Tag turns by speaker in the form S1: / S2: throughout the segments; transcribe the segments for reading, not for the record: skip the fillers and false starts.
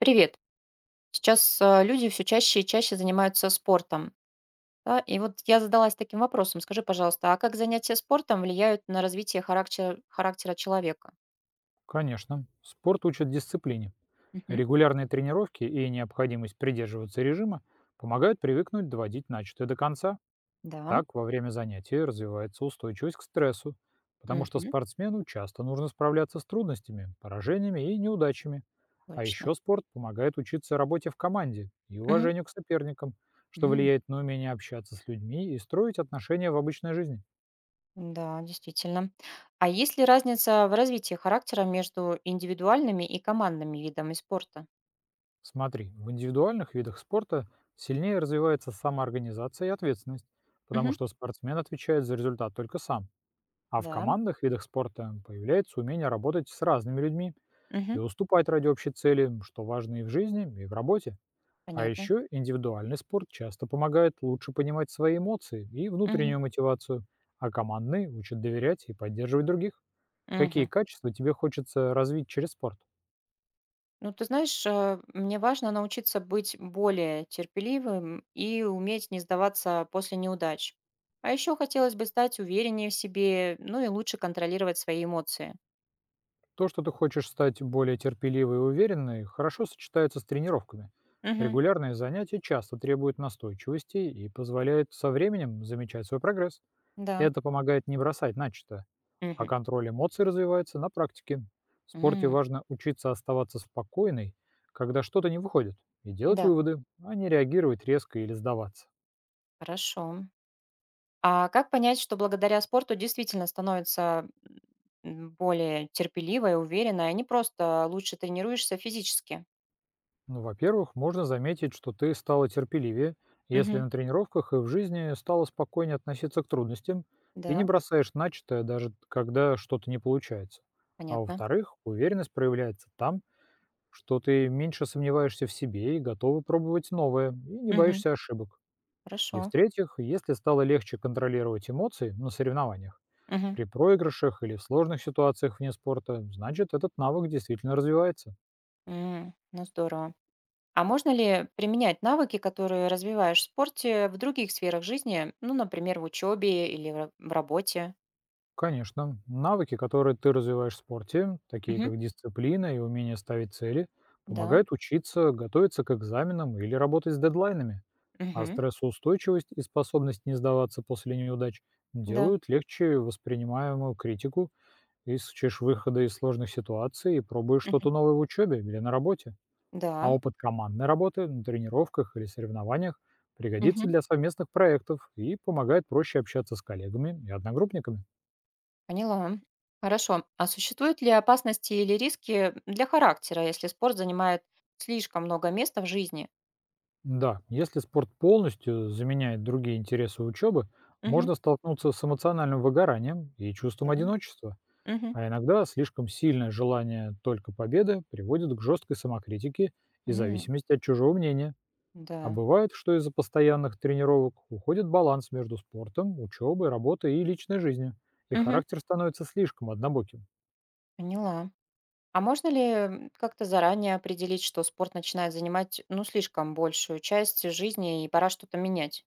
S1: Привет. Сейчас люди все чаще и чаще занимаются спортом. Да. И вот я задалась таким вопросом. Скажи, пожалуйста, а как занятия спортом влияют на развитие характера человека?
S2: Конечно. Спорт учит дисциплине.
S1: Мгм.
S2: Регулярные тренировки и необходимость придерживаться режима помогают привыкнуть доводить начатое до конца.
S1: Да.
S2: Так, во время занятий развивается устойчивость к стрессу, потому что
S1: Мгм.
S2: спортсмену часто нужно справляться с трудностями, поражениями и неудачами. А еще
S1: Точно.
S2: спорт помогает учиться работе в команде и
S1: Мгм.
S2: уважению к соперникам, что
S1: М.
S2: влияет на умение общаться с людьми и строить отношения в обычной жизни.
S1: Да, действительно. А есть ли разница в развитии характера между индивидуальными и командными видами спорта?
S2: Смотри, в индивидуальных видах спорта сильнее развивается самоорганизация и ответственность, потому
S1: Мгм.
S2: что спортсмен отвечает за результат только сам. А в
S1: Да.
S2: командных видах спорта появляется умение работать с разными людьми и
S1: Мгм.
S2: уступать ради общей цели, что важно и в жизни, и в работе. А
S1: Понятно.
S2: еще индивидуальный спорт часто помогает лучше понимать свои эмоции и
S1: Мгм.
S2: внутреннюю мотивацию, а командный учат доверять и поддерживать других. Какие
S1: Мгм.
S2: качества тебе хочется развить через спорт?
S1: Ну, ты знаешь, мне важно научиться быть более терпеливым и уметь не сдаваться после неудач. А еще хотелось бы стать увереннее в себе, ну и лучше контролировать свои эмоции.
S2: То, что ты хочешь стать более терпеливой и уверенной, хорошо сочетается с тренировками.
S1: Угу,
S2: Регулярные занятия часто требуют настойчивости и позволяют со временем замечать свой прогресс.
S1: да.
S2: Это помогает не бросать начатое, а
S1: Мгм.
S2: контроль эмоций развивается на практике. В спорте
S1: М.
S2: важно учиться оставаться спокойной, когда что-то не выходит, и делать
S1: Да,
S2: выводы, а не реагировать резко или сдаваться.
S1: хорошо. А как понять, что благодаря спорту действительно становится более терпеливой, уверенной, а не просто лучше тренируешься физически?
S2: Ну, во-первых, можно заметить, что ты стала терпеливее, если
S1: Угу,
S2: на тренировках и в жизни стала спокойнее относиться к трудностям и не
S1: да,
S2: бросаешь начатое, даже когда что-то не получается. А
S1: понятно.
S2: во-вторых, уверенность проявляется там, что ты меньше сомневаешься в себе и готова пробовать новое, и не
S1: Угу,
S2: боишься ошибок.
S1: хорошо.
S2: И в-третьих, если стало легче контролировать эмоции на соревнованиях,
S1: Угу.
S2: при проигрышах или в сложных ситуациях вне спорта, значит, этот навык действительно развивается.
S1: Ну, здорово. А можно ли применять навыки, которые развиваешь в спорте, в других сферах жизни, ну, например, в учебе или в работе?
S2: Конечно. Навыки, которые ты развиваешь в спорте, такие
S1: Мгм.
S2: как дисциплина и умение ставить цели,
S1: Да.
S2: помогают учиться, готовиться к экзаменам или работать с дедлайнами. А
S1: Мгм.
S2: стрессоустойчивость и способность не сдаваться после неудач
S1: Да.
S2: делают легче воспринимаемую критику, ищешь выхода из сложных ситуаций и пробуешь
S1: Мгм.
S2: что-то новое в учебе или на работе. А
S1: Да.
S2: опыт командной работы на тренировках или соревнованиях пригодится
S1: Мгм.
S2: для совместных проектов и помогает проще общаться с коллегами и одногруппниками.
S1: Поняла. Хорошо. А существуют ли опасности или риски для характера, если спорт занимает слишком много места в жизни?
S2: Да, если спорт полностью заменяет другие интересы учебы,
S1: Мгм.
S2: можно столкнуться с эмоциональным выгоранием и
S1: Да.
S2: чувством одиночества.
S1: Мгм.
S2: А иногда слишком сильное желание только победы приводит к жесткой самокритике и
S1: М.
S2: зависимости от чужого мнения. А
S1: Да.
S2: бывает, что из-за постоянных тренировок уходит баланс между спортом, учебой, работой и личной жизнью, и
S1: Мгм.
S2: характер становится слишком однобоким.
S1: Поняла. А можно ли как-то заранее определить, что спорт начинает занимать, ну, слишком большую часть жизни и пора что-то менять?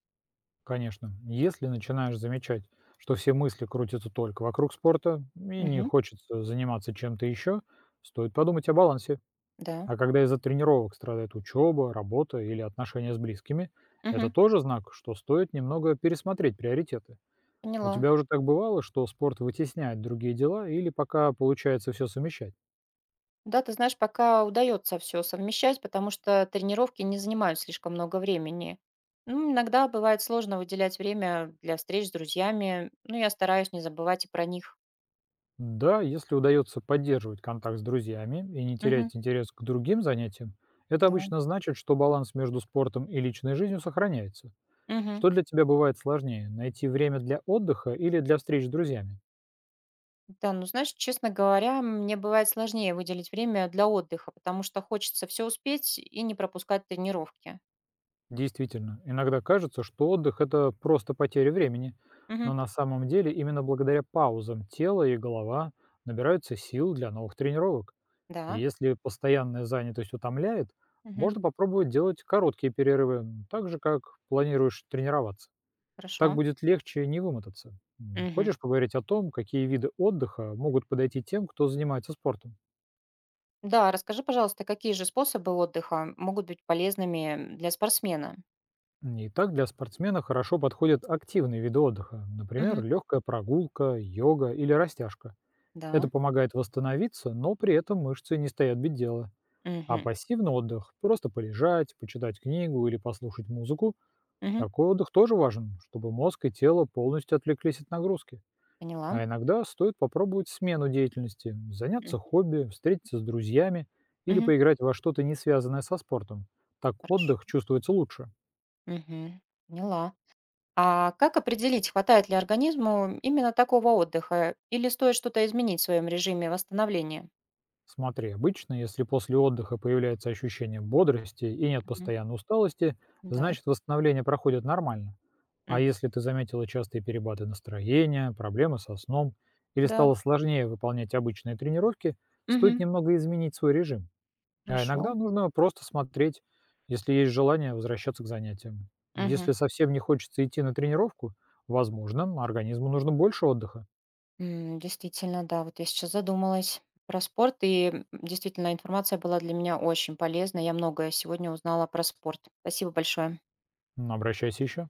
S2: Конечно, если начинаешь замечать, что все мысли крутятся только вокруг спорта и не
S1: Мгм.
S2: хочется заниматься чем-то еще, стоит подумать о балансе.
S1: Да.
S2: А когда из-за тренировок страдает учеба, работа или отношения с близкими, это
S1: Мгм.
S2: тоже знак, что стоит немного пересмотреть приоритеты. У
S1: Поняла.
S2: тебя уже так бывало, что спорт вытесняет другие дела или пока получается все совмещать?
S1: Да, ты знаешь, пока удается все совмещать, потому что тренировки не занимают слишком много времени. Ну, иногда бывает сложно выделять время для встреч с друзьями, но я стараюсь не забывать и про них.
S2: Да, если удается поддерживать контакт с друзьями и не
S1: Мгм.
S2: терять интерес к другим занятиям, это
S1: Да.
S2: обычно значит, что баланс между спортом и личной жизнью сохраняется.
S1: Мгм.
S2: Что для тебя бывает сложнее — найти время для отдыха или для встреч с друзьями?
S1: Да, ну знаешь, честно говоря, мне бывает сложнее выделить время для отдыха, потому что хочется все успеть и не пропускать тренировки.
S2: Действительно, иногда кажется, что отдых — это просто потеря времени,
S1: Мгм.
S2: но на самом деле именно благодаря паузам тело и голова набираются сил для новых тренировок. И
S1: Да.
S2: если постоянная занятость утомляет,
S1: Мгм.
S2: можно попробовать делать короткие перерывы, так же, как планируешь тренироваться.
S1: Хорошо.
S2: Так будет легче не вымотаться.
S1: Мгм.
S2: Хочешь поговорить о том, какие виды отдыха могут подойти тем, кто занимается спортом?
S1: Да, расскажи, пожалуйста, какие же способы отдыха могут быть полезными для спортсмена?
S2: И так для спортсмена хорошо подходят активные виды отдыха, например,
S1: Мгм.
S2: легкая прогулка, йога или растяжка.
S1: Да.
S2: Это помогает восстановиться, но при этом мышцы не стоят без дела. А
S1: Мгм.
S2: пассивный отдых — просто полежать, почитать книгу или послушать музыку —
S1: Мгм.
S2: такой отдых тоже важен, чтобы мозг и тело полностью отвлеклись от нагрузки.
S1: Поняла.
S2: А иногда стоит попробовать смену деятельности,
S1: Мгм.
S2: заняться хобби, встретиться с друзьями или
S1: Мгм.
S2: поиграть во что-то не связанное со спортом. Так
S1: Хорошо.
S2: отдых чувствуется лучше.
S1: Мгм. Поняла. А как определить, хватает ли организму именно такого отдыха, или стоит что-то изменить в своем режиме восстановления?
S2: Смотри, обычно, если после отдыха появляется ощущение бодрости и нет
S1: Мгм.
S2: постоянной усталости,
S1: Да.
S2: значит, восстановление проходит нормально. А
S1: Мгм.
S2: если ты заметила частые перепады настроения, проблемы со сном или
S1: Да.
S2: стало сложнее выполнять обычные тренировки, стоит
S1: Мгм.
S2: немного изменить свой режим. А
S1: Хорошо.
S2: иногда нужно просто смотреть, если есть желание возвращаться к занятиям.
S1: Мгм.
S2: Если совсем не хочется идти на тренировку, возможно, организму нужно больше отдыха.
S1: Действительно, да, вот я сейчас задумалась про спорт, и, действительно, информация была для меня очень полезна. Я многое сегодня узнала про спорт. Спасибо большое.
S2: Обращайся еще.